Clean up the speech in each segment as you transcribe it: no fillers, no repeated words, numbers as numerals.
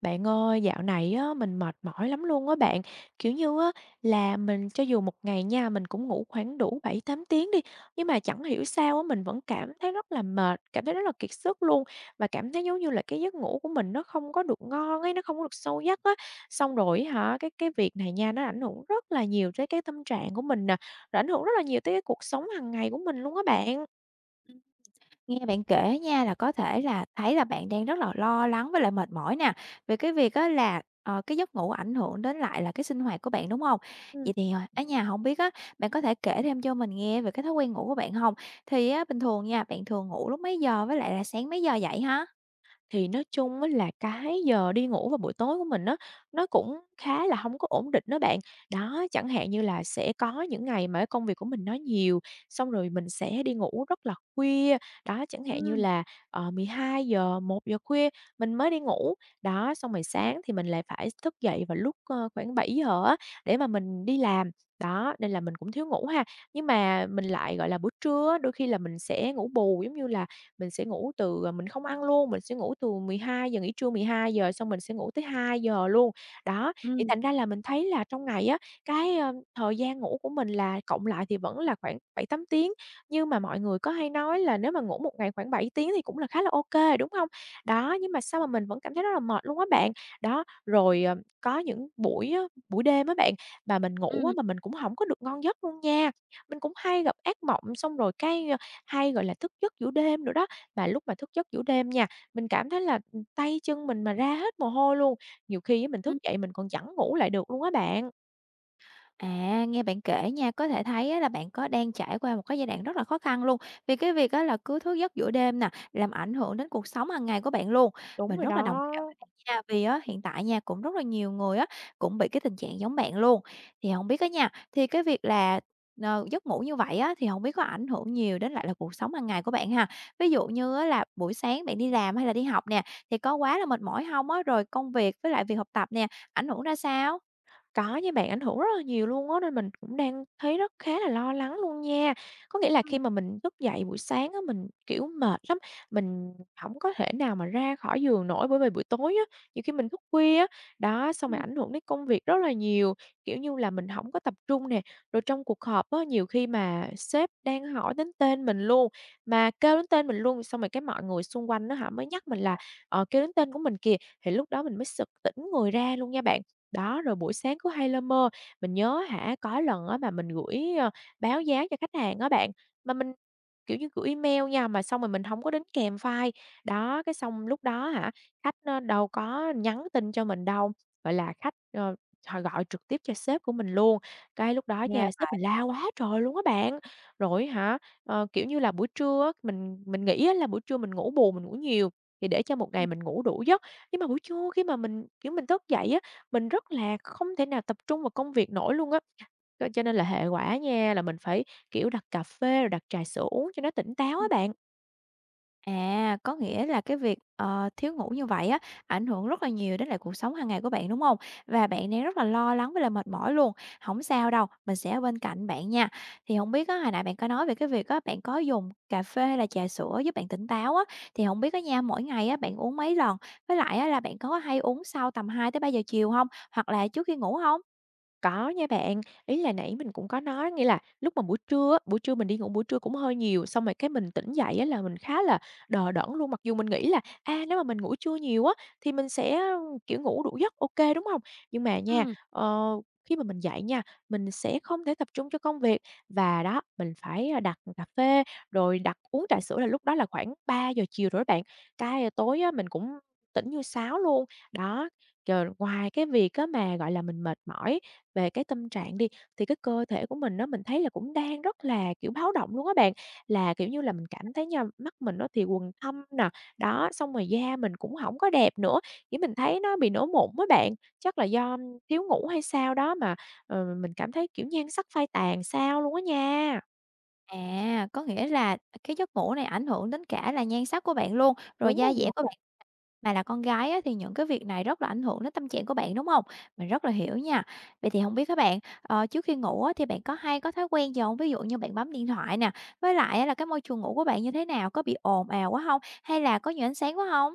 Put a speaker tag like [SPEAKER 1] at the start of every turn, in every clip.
[SPEAKER 1] Bạn ơi, dạo này á, mình mệt mỏi lắm luôn á bạn. Kiểu như á, là mình cho dù một ngày nha, mình cũng ngủ khoảng đủ 7-8 tiếng đi, nhưng mà chẳng hiểu sao á, mình vẫn cảm thấy rất là mệt, cảm thấy rất là kiệt sức luôn và cảm thấy giống như là cái giấc ngủ của mình nó không có được ngon ấy, nó không có được sâu giấc á. Xong rồi hả, cái việc này nha, nó ảnh hưởng rất là nhiều tới cái tâm trạng của mình nè, rồi ảnh hưởng rất là nhiều tới cái cuộc sống hàng ngày của mình luôn á bạn.
[SPEAKER 2] Ừm, nghe bạn kể nha là có thể là thấy là bạn đang rất là lo lắng với lại mệt mỏi nè, về cái việc á là, cái giấc ngủ ảnh hưởng đến lại là cái sinh hoạt của bạn, đúng không?
[SPEAKER 1] Ừ.
[SPEAKER 2] Vậy thì, ở nhà không biết á, bạn có thể kể thêm cho mình nghe về cái thói quen ngủ của bạn không? Thì á, bình thường nha, bạn thường ngủ lúc mấy giờ với lại là sáng mấy giờ dậy hả?
[SPEAKER 1] Thì nói chung á là cái giờ đi ngủ vào buổi tối của mình á, nó cũng khá là hông có ổn định đó bạn. Đó, chẳng hạn như là sẽ có những ngày mà cái công việc của mình nó nhiều, xong rồi mình sẽ đi ngủ rất là khuya. Đó, chẳng hạn như
[SPEAKER 2] Ừm,
[SPEAKER 1] là, 12 giờ, 1 giờ khuya mình mới đi ngủ. Đó, xong rồi sáng thì mình lại phải thức dậy vào lúc, khoảng 7 giờ á, để mà mình đi làm. Đó, nên là mình cũng thiếu ngủ ha. Nhưng mà mình lại, gọi là, buổi trưa á, đôi khi là mình sẽ ngủ bù, giống như là mình sẽ ngủ từ, à mình không ăn luôn, mình sẽ ngủ từ 12 giờ nghỉ trưa 12 giờ xong mình sẽ ngủ tới 2 giờ luôn. Đó, thì
[SPEAKER 2] ừm,
[SPEAKER 1] thành ra là mình thấy là trong ngày á, cái, thời gian ngủ của mình là cộng lại thì vẫn là khoảng 7-8 tiếng, nhưng mà mọi người có hay nói là nếu mà ngủ một ngày khoảng 7 tiếng thì cũng là khá là ok đúng không? Đó, nhưng mà sao mà mình vẫn cảm thấy rất là mệt luôn á bạn. Đó, rồi, có những buổi á, buổi đêm á bạn, mà mình
[SPEAKER 2] ừm,
[SPEAKER 1] ngủ á
[SPEAKER 2] ừm.
[SPEAKER 1] mà mình cũng không có được ngon giấc luôn nha. Mình cũng hay gặp ác mộng xong rồi cái, hay, gọi là, thức giấc giữa đêm nữa đó. Mà lúc mà thức giấc giữa đêm nha, mình cảm thấy là, tay chân mình mà ra hết mồ hôi luôn, nhiều khi á mình thức dậy mình còn chẳng ngủ lại được luôn á bạn.
[SPEAKER 2] À, nghe bạn kể nha, có thể thấy á là bạn có đang trải qua một cái giai đoạn rất là khó khăn luôn. Vì cái việc á là cứ thức giấc giữa đêm nè, làm ảnh hưởng đến cuộc sống hàng ngày của bạn luôn.
[SPEAKER 1] Đúng
[SPEAKER 2] Mình
[SPEAKER 1] rồi
[SPEAKER 2] rất là đồng cảm
[SPEAKER 1] đó.
[SPEAKER 2] với bạn nha, vì á hiện tại nha cũng rất là nhiều người á cũng bị cái tình trạng giống bạn luôn. Thì không biết á nha, thì cái việc là giấc ngủ như vậy á thì không biết có ảnh hưởng nhiều đến lại là cuộc sống hàng ngày của bạn ha? Ví dụ như á là buổi sáng bạn đi làm hay là đi học nè, thì có quá là mệt mỏi không á? Rồi công việc với lại việc học tập nè, ảnh hưởng ra sao?
[SPEAKER 1] Có nha bạn, ảnh hưởng rất là nhiều luôn á, nên mình cũng đang thấy rất khá là lo lắng luôn nha. Có nghĩa là khi
[SPEAKER 2] Ừm,
[SPEAKER 1] mà mình thức dậy buổi sáng á, mình, kiểu, mệt lắm, mình không có thể nào mà ra khỏi giường nổi bởi vì buổi tối á, nhiều khi mình thức khuya á, đó, xong rồi
[SPEAKER 2] ừm.
[SPEAKER 1] ảnh hưởng đến công việc rất là nhiều, kiểu như là, mình không có tập trung nè. Rồi trong cuộc họp á, nhiều khi mà sếp đang hỏi đến tên mình luôn, mà kêu đến tên mình luôn, xong rồi cái mọi người xung quanh nó hả, mới nhắc mình là, kêu đến tên của mình kìa, thì lúc đó mình mới sực tỉnh người ra luôn nha bạn. Đó, rồi buổi sáng cứ hay lơ mơ. Mình nhớ hả, có lần á mà mình gửi, báo giá cho khách hàng á bạn, mà mình, kiểu như, gửi email nha, mà xong rồi mình không có đính kèm file. Đó, cái xong lúc đó hả, khách á đâu có nhắn tin cho mình đâu, gọi là, khách, họ gọi trực tiếp cho sếp của mình luôn. Cái lúc đó
[SPEAKER 2] Yeah.
[SPEAKER 1] nha, sếp mình la quá trời luôn á bạn. Rồi hả, kiểu như là, buổi trưa á, mình nghĩ á là buổi trưa mình ngủ bù, mình ngủ nhiều thì để cho một ngày mình ngủ đủ giấc, nhưng mà buổi trưa khi mà mình, kiểu, mình thức dậy á mình rất là không thể nào tập trung vào công việc nổi luôn á. Cho nên là hệ quả nha là mình phải, kiểu, đặt cà phê rồi đặt trà sữa uống cho nó tỉnh táo á
[SPEAKER 2] Ừm.
[SPEAKER 1] bạn.
[SPEAKER 2] À, có nghĩa là cái việc, thiếu ngủ như vậy á, ảnh hưởng rất là nhiều đến lại cuộc sống hàng ngày của bạn, đúng không? Và bạn đang rất là lo lắng với lại mệt mỏi luôn. Không sao đâu, mình sẽ ở bên cạnh bạn nha. Thì không biết á, hồi nãy bạn có nói về cái việc á, bạn có dùng cà phê hay là trà sữa giúp bạn tỉnh táo á, thì không biết á nha, mỗi ngày á, bạn uống mấy lần? Với lại á là bạn có hay uống sau tầm hai tới ba giờ chiều không? Hoặc là trước khi ngủ không?
[SPEAKER 1] Có nha bạn, ý là nãy mình cũng có nói, nghĩa là lúc mà buổi trưa á, buổi trưa mình đi ngủ buổi trưa cũng hơi nhiều, xong rồi cái mình tỉnh dậy á là mình khá là đờ đẫn luôn. Mặc dù mình nghĩ là, a, nếu mà mình ngủ trưa nhiều á thì mình sẽ, kiểu, ngủ đủ giấc, ok đúng không? Nhưng mà nha,
[SPEAKER 2] Ừm,
[SPEAKER 1] ờ, khi mà mình dậy nha, mình sẽ không thể tập trung cho công việc và đó, mình phải, a, đặt cà phê, rồi đặt uống trà sữa là lúc đó là khoảng 3 giờ chiều rồi đó bạn. Tối á mình cũng tỉnh như sáo luôn. Đó, rồi ngoài cái việc á mà, gọi là, mình mệt mỏi về cái tâm trạng đi, thì cái cơ thể của mình nó mình thấy là cũng đang rất là, kiểu, báo động luôn á bạn. Là, kiểu như là, mình cảm thấy nha, mắt mình nó thì quầng thâm nè, đó, xong rồi da mình cũng không có đẹp nữa, kiểu, mình thấy nó bị nổi mụn á bạn. Chắc là do thiếu ngủ hay sao đó mà, mình cảm thấy, kiểu, nhan sắc phai tàn sao luôn á nha.
[SPEAKER 2] à, có nghĩa là cái giấc ngủ này ảnh hưởng đến cả là nhan sắc của bạn luôn, rồi
[SPEAKER 1] Đúng
[SPEAKER 2] da dẻ
[SPEAKER 1] rồi.
[SPEAKER 2] của. Mà là con gái á, thì những cái việc này rất là ảnh hưởng đến tâm trạng của bạn, đúng không? Mình rất là hiểu nha. Vậy thì không biết các bạn, trước khi ngủ á, thì bạn có hay có thói quen gì không? Ví dụ như bạn bấm điện thoại nè, với lại á, là cái môi trường ngủ của bạn như thế nào? Có bị ồn ào quá không? Hay là có nhiều ánh sáng quá không?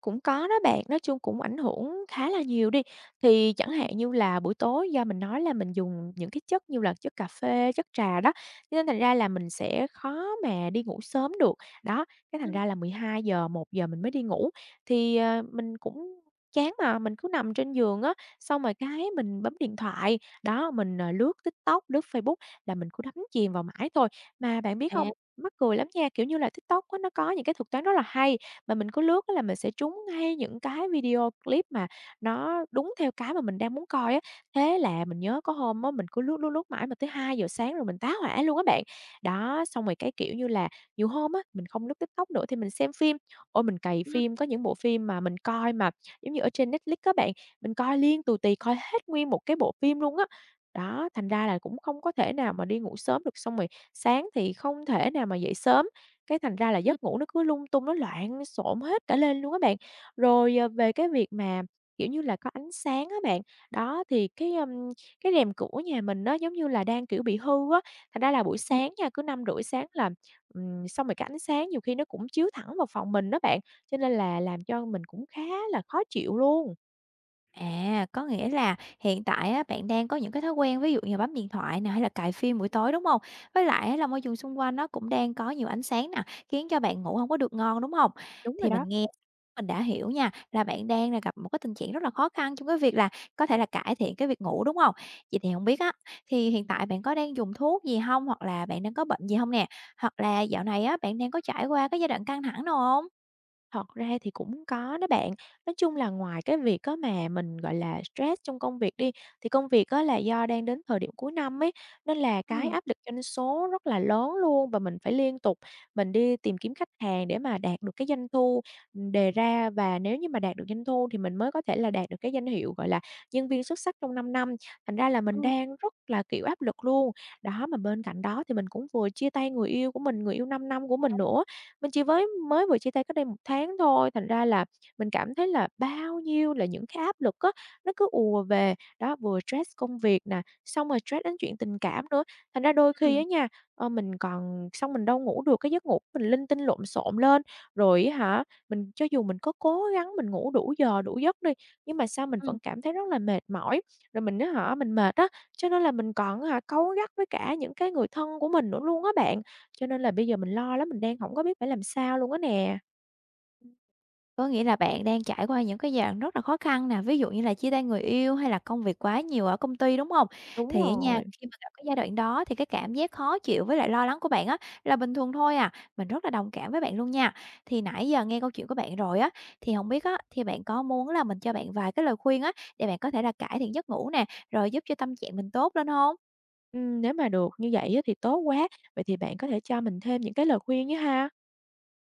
[SPEAKER 1] Cũng có đó bạn, nói chung cũng ảnh hưởng khá là nhiều đi. Thì chẳng
[SPEAKER 2] Ừm,
[SPEAKER 1] hạn như là buổi tối do mình nói là mình dùng những cái chất như là chất cà phê, chất trà đó, cho nên thành ra là mình sẽ khó mà đi ngủ sớm được. Đó, cái thành
[SPEAKER 2] ừm.
[SPEAKER 1] ra là 12 giờ 1 giờ mình mới đi ngủ, thì, mình cũng chán mà, mình cứ nằm trên giường á, xong rồi cái mình bấm điện thoại, đó, mình, lướt TikTok, lướt Facebook là mình cứ đắm chìm vào mãi thôi. Mà bạn biết không?
[SPEAKER 2] À,
[SPEAKER 1] Mắc cười lắm nha, kiểu như là, TikTok á, nó có những cái thuật toán rất là hay, mà mình cứ lướt á là mình sẽ trúng ngay những cái video clip mà nó đúng theo cái mà mình đang muốn coi á. Thế là mình nhớ có hôm á, mình cứ lướt, lướt, lướt mãi mà tới 2 giờ sáng rồi mình tá hỏa luôn á bạn. Đó, xong rồi cái, kiểu như là, nhiều hôm á, mình không lướt TikTok nữa thì mình xem phim. Ôi, mình cày
[SPEAKER 2] ừm,
[SPEAKER 1] phim, có những bộ phim mà mình coi mà, giống như ở trên Netflix các bạn, mình coi liên tù tì, coi hết nguyên một cái bộ phim luôn á. Đó, thành ra là cũng không có thể nào mà đi ngủ sớm được, xong rồi sáng thì không thể nào mà dậy sớm. Cái thành ra là
[SPEAKER 2] ừm,
[SPEAKER 1] giấc ngủ nó cứ lung tung, nó loạn xộn hết cả lên luôn á bạn. Rồi, về cái việc mà, kiểu như là, có ánh sáng á bạn, đó, thì cái, cái rèm cửa nhà mình nó giống như là, đang, kiểu, bị hư á, thành ra là buổi
[SPEAKER 2] ừm.
[SPEAKER 1] sáng nha, cứ 5 rưỡi sáng là, xong rồi cái ánh sáng nhiều khi nó cũng chiếu thẳng vào phòng mình đó bạn, cho nên là làm cho mình cũng khá là khó chịu luôn.
[SPEAKER 2] À, có nghĩa là hiện tại á, bạn đang có những cái thói quen ví dụ như là bấm điện thoại nè, hay là cài phim buổi tối, đúng không? Với lại á là môi trường xung quanh nó cũng đang có nhiều ánh sáng nè, khiến cho bạn ngủ không có được ngon, đúng không?
[SPEAKER 1] Đúng rồi
[SPEAKER 2] Thì
[SPEAKER 1] đó.
[SPEAKER 2] mình nghe mình đã hiểu nha, là bạn đang là gặp một cái tình trạng rất là khó khăn trong cái việc là có thể là cải thiện cái việc ngủ, đúng không? Vậy thì không biết á, thì hiện tại bạn có đang dùng thuốc gì không? Hoặc là bạn đang có bệnh gì không nè? Hoặc là dạo này á, bạn đang có trải qua cái giai đoạn căng thẳng nào không?
[SPEAKER 1] Thật ra thì cũng có đó bạn. Nói chung là ngoài cái việc có mà mình, gọi là, stress trong công việc đi, thì công việc á là do đang đến thời điểm cuối năm ấy, nên là cái
[SPEAKER 2] Ừm,
[SPEAKER 1] áp lực doanh số rất là lớn luôn và mình phải liên tục mình đi tìm kiếm khách hàng để mà đạt được cái doanh thu, đề ra. Và nếu như mà đạt được doanh thu thì mình mới có thể là đạt được cái danh hiệu, gọi là, nhân viên xuất sắc trong 5 năm. Thành ra là mình
[SPEAKER 2] ừm,
[SPEAKER 1] đang rất là, kiểu, áp lực luôn. Đó, mà bên cạnh đó thì mình cũng vừa chia tay người yêu của mình, người yêu 5 năm của mình nữa. Mình chỉ với mới vừa chia tay cách đây 1 tháng thôi, thành ra là mình cảm thấy là bao nhiêu là những cái áp lực á, nó cứ ùa về. Đó, vừa stress công việc nè, xong rồi stress đến chuyện tình cảm nữa. Thành ra đôi khi á
[SPEAKER 2] ừm,
[SPEAKER 1] nha, mình còn xong mình đâu ngủ được, cái giấc ngủ mình linh tinh lộn xộn lên. Rồi á hả, mình cho dù mình có cố gắng mình ngủ đủ giờ, đủ giấc đi, nhưng mà sao mình vẫn cảm thấy rất là mệt mỏi. Rồi mình á hả, mình mệt á, cho nên là mình còn á hả cáu gắt với cả những cái người thân của mình nữa luôn á bạn. Cho nên là bây giờ mình lo lắm, mình đang hổng có biết phải làm sao luôn á nè.
[SPEAKER 2] Có nghĩa là bạn đang trải qua những cái dạng rất là khó khăn nè, ví dụ như là chia tay người yêu hay là công việc quá nhiều ở công ty, đúng không?
[SPEAKER 1] Đúng
[SPEAKER 2] Thì ở nhà
[SPEAKER 1] rồi,
[SPEAKER 2] khi mà gặp cái giai đoạn đó thì cái cảm giác khó chịu với lại lo lắng của bạn á là bình thường thôi à, mình rất là đồng cảm với bạn luôn nha. Thì nãy giờ nghe câu chuyện của bạn rồi á, thì không biết á, thì bạn có muốn là mình cho bạn vài cái lời khuyên á, để bạn có thể là cải thiện giấc ngủ nè, rồi giúp cho tâm trạng mình tốt lên không?
[SPEAKER 1] nếu mà được như vậy á thì tốt quá. Vậy thì bạn có thể cho mình thêm những cái lời khuyên á ha?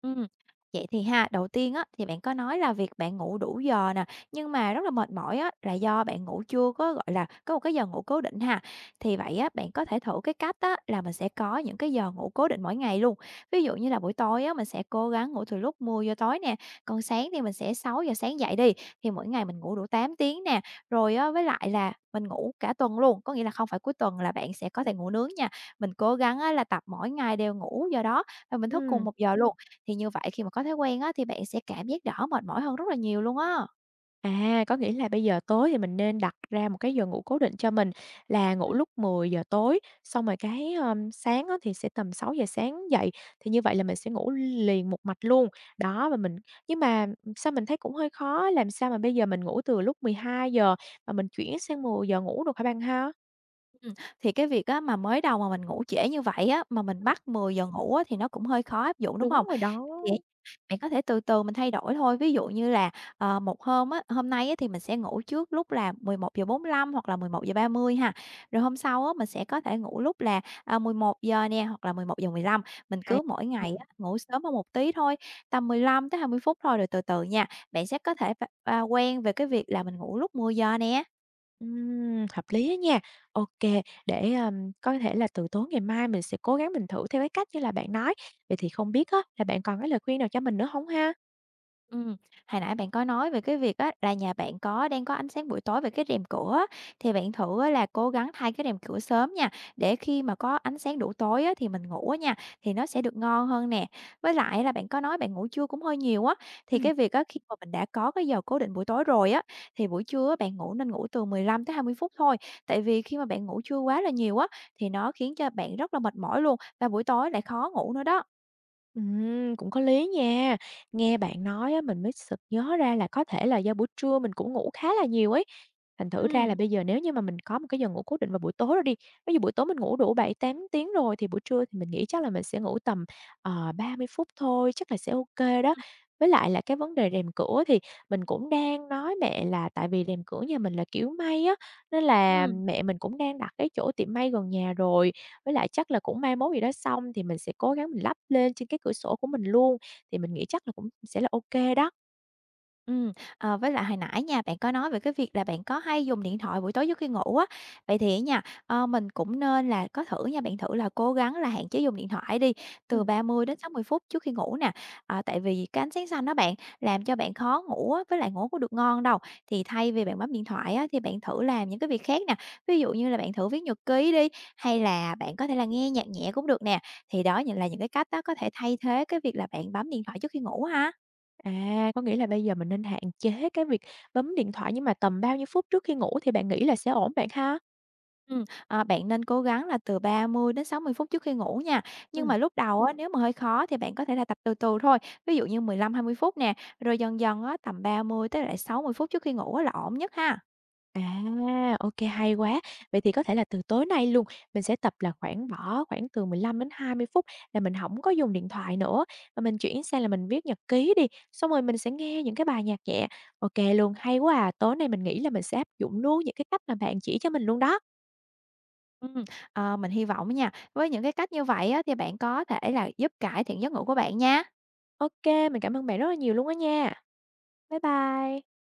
[SPEAKER 2] Ừm, vậy thì ha, đầu tiên á, thì bạn có nói là việc bạn ngủ đủ giờ nè, nhưng mà rất là mệt mỏi á, là do bạn ngủ chưa có, gọi là, có một cái giờ ngủ cố định ha. Thì vậy á, bạn có thể thử cái cách á, là mình sẽ có những cái giờ ngủ cố định mỗi ngày luôn. Ví dụ như là buổi tối á, mình sẽ cố gắng ngủ từ lúc mười giờ tối nè, còn sáng thì mình sẽ sáu giờ sáng dậy đi, thì mỗi ngày mình ngủ đủ 8 tiếng nè. Rồi á, với lại là mình ngủ cả tuần luôn, có nghĩa là không phải cuối tuần là bạn sẽ có thể ngủ nướng nha. Mình cố gắng á, là tập mỗi ngày đều ngủ giờ đó và mình thức cùng
[SPEAKER 1] Ừm,
[SPEAKER 2] một giờ luôn. Thì như vậy khi mà có thói quen á, thì bạn sẽ cảm giác đỡ mệt mỏi hơn rất là nhiều luôn á.
[SPEAKER 1] à, có nghĩa là bây giờ tối thì mình nên đặt ra một cái giờ ngủ cố định cho mình là ngủ
[SPEAKER 2] Ừm,
[SPEAKER 1] lúc 10 giờ tối, xong rồi cái, sáng á thì sẽ tầm 6 giờ sáng dậy, thì như vậy là mình sẽ ngủ liền một mạch luôn. Đó, và mình nhưng mà, sao mình thấy cũng hơi khó, làm sao mà bây giờ mình ngủ từ lúc 12 giờ mà mình chuyển sang 10 giờ ngủ được hả bạn ha?
[SPEAKER 2] ừm. Thì cái việc á, mà mới đầu mà mình ngủ trễ như vậy á, mà mình bắt 10 giờ ngủ á, thì nó cũng hơi khó áp dụng, đúng
[SPEAKER 1] Đúng
[SPEAKER 2] không?
[SPEAKER 1] rồi đó.
[SPEAKER 2] Thì bạn có thể từ từ mình thay đổi thôi, ví dụ như là, một hôm á hôm nay á thì mình sẽ ngủ trước lúc là mười một giờ bốn lăm hoặc là mười một giờ ba mươi ha, rồi hôm sau á mình sẽ có thể ngủ lúc là, mười một giờ nè hoặc là mười mười một giờ mười lăm. Mình
[SPEAKER 1] Hay
[SPEAKER 2] cứ mỗi
[SPEAKER 1] nha.
[SPEAKER 2] ngày á ngủ sớm hơn một tí thôi, tầm 15 tới 20 phút thôi rồi từ từ nha, bạn sẽ có thể quen về cái việc là mình ngủ lúc mười giờ nè.
[SPEAKER 1] Hợp lý á nha. Ok, để, có thể là từ tối ngày mai mình sẽ cố gắng mình thử theo cái cách như là bạn nói. Vậy thì không biết á là bạn còn cái lời khuyên nào cho mình nữa không ha?
[SPEAKER 2] Ừm, hồi nãy bạn có nói về cái việc á là nhà bạn có đang có ánh sáng buổi tối về cái rèm cửa á, thì bạn thử á là cố gắng thay cái rèm cửa sớm nha, để khi mà có ánh sáng đủ tối á thì mình ngủ á nha, thì nó sẽ được ngon hơn nè. Với lại là bạn có nói bạn ngủ trưa cũng hơi nhiều á, thì
[SPEAKER 1] Ừm.
[SPEAKER 2] cái việc á khi mà mình đã có cái giờ cố định buổi tối rồi á, thì buổi trưa á bạn ngủ nên ngủ từ 15 tới 20 phút thôi, tại vì khi mà bạn ngủ trưa quá là nhiều á, thì nó khiến cho bạn rất là mệt mỏi luôn, và buổi tối lại khó ngủ nữa đó.
[SPEAKER 1] Cũng có lý nha. Nghe bạn nói á, mình mới sực nhớ ra là có thể là do buổi trưa mình cũng ngủ khá là nhiều ấy. Thành thử ra là
[SPEAKER 2] Ừm,
[SPEAKER 1] bây giờ nếu như mà mình có một cái giờ ngủ cố định vào buổi tối rồi đi, ví dụ buổi tối mình ngủ đủ 7-8 tiếng rồi thì buổi trưa thì mình nghĩ chắc là mình sẽ ngủ tầm, 30 phút thôi, chắc là sẽ ok đó.
[SPEAKER 2] ừm,
[SPEAKER 1] Với lại là cái vấn đề rèm cửa thì mình cũng đang nói mẹ là tại vì rèm cửa nhà mình là kiểu may á, nên là mẹ mình cũng đang đặt cái chỗ tiệm may gần nhà rồi. Với lại chắc là cũng mai mốt gì đó xong thì mình sẽ cố gắng mình lắp lên trên cái cửa sổ của mình luôn, thì mình nghĩ chắc là cũng sẽ là ok đó.
[SPEAKER 2] Ừm, với lại hồi nãy nha, bạn có nói về cái việc là bạn có hay dùng điện thoại buổi tối trước khi ngủ á. Vậy thì á nha, mình cũng nên là có thử nha, bạn thử là cố gắng là hạn chế dùng điện thoại đi, từ
[SPEAKER 1] Ừm,
[SPEAKER 2] 30 đến 60 phút trước khi ngủ nè. Ờ, tại vì cái ánh sáng xanh đó bạn, làm cho bạn khó ngủ á, với lại ngủ có được ngon đâu. Thì thay vì bạn bấm điện thoại á, thì bạn thử làm những cái việc khác nè, ví dụ như là bạn thử viết nhật ký đi, hay là bạn có thể là nghe nhạc nhẹ cũng được nè. Thì đó những là những cái cách đó có thể thay thế cái việc là bạn bấm điện thoại trước khi ngủ ha.
[SPEAKER 1] à, có nghĩa là bây giờ mình nên hạn chế cái việc bấm điện thoại nhưng mà tầm bao nhiêu phút trước khi ngủ thì bạn nghĩ là sẽ ổn bạn ha?
[SPEAKER 2] À, bạn nên cố gắng là từ 30 đến 60 phút trước khi ngủ nha. Nhưng
[SPEAKER 1] Ừm.
[SPEAKER 2] mà lúc đầu á, nếu mà hơi khó thì bạn có thể là tập từ từ thôi, ví dụ như 15-20 phút nè, rồi dần dần á, tầm 30 tới lại 60 phút trước khi ngủ á, là ổn nhất ha.
[SPEAKER 1] À, ok hay quá. Vậy thì có thể là từ tối nay luôn, mình sẽ tập là khoảng bỏ khoảng từ 15-20 phút là mình hổng có dùng điện thoại nữa, và mình chuyển sang là mình viết nhật ký đi, xong rồi mình sẽ nghe những cái bài nhạc nhẹ. Ok luôn, hay quá à, tối nay mình nghĩ là mình sẽ áp dụng luôn những cái cách mà bạn chỉ cho mình luôn đó.
[SPEAKER 2] Ừm, mình hy vọng nha, với những cái cách như vậy á, thì bạn có thể là giúp cải thiện giấc ngủ của bạn nha.
[SPEAKER 1] Ok, mình cảm ơn bạn rất là nhiều luôn á nha. Bye bye.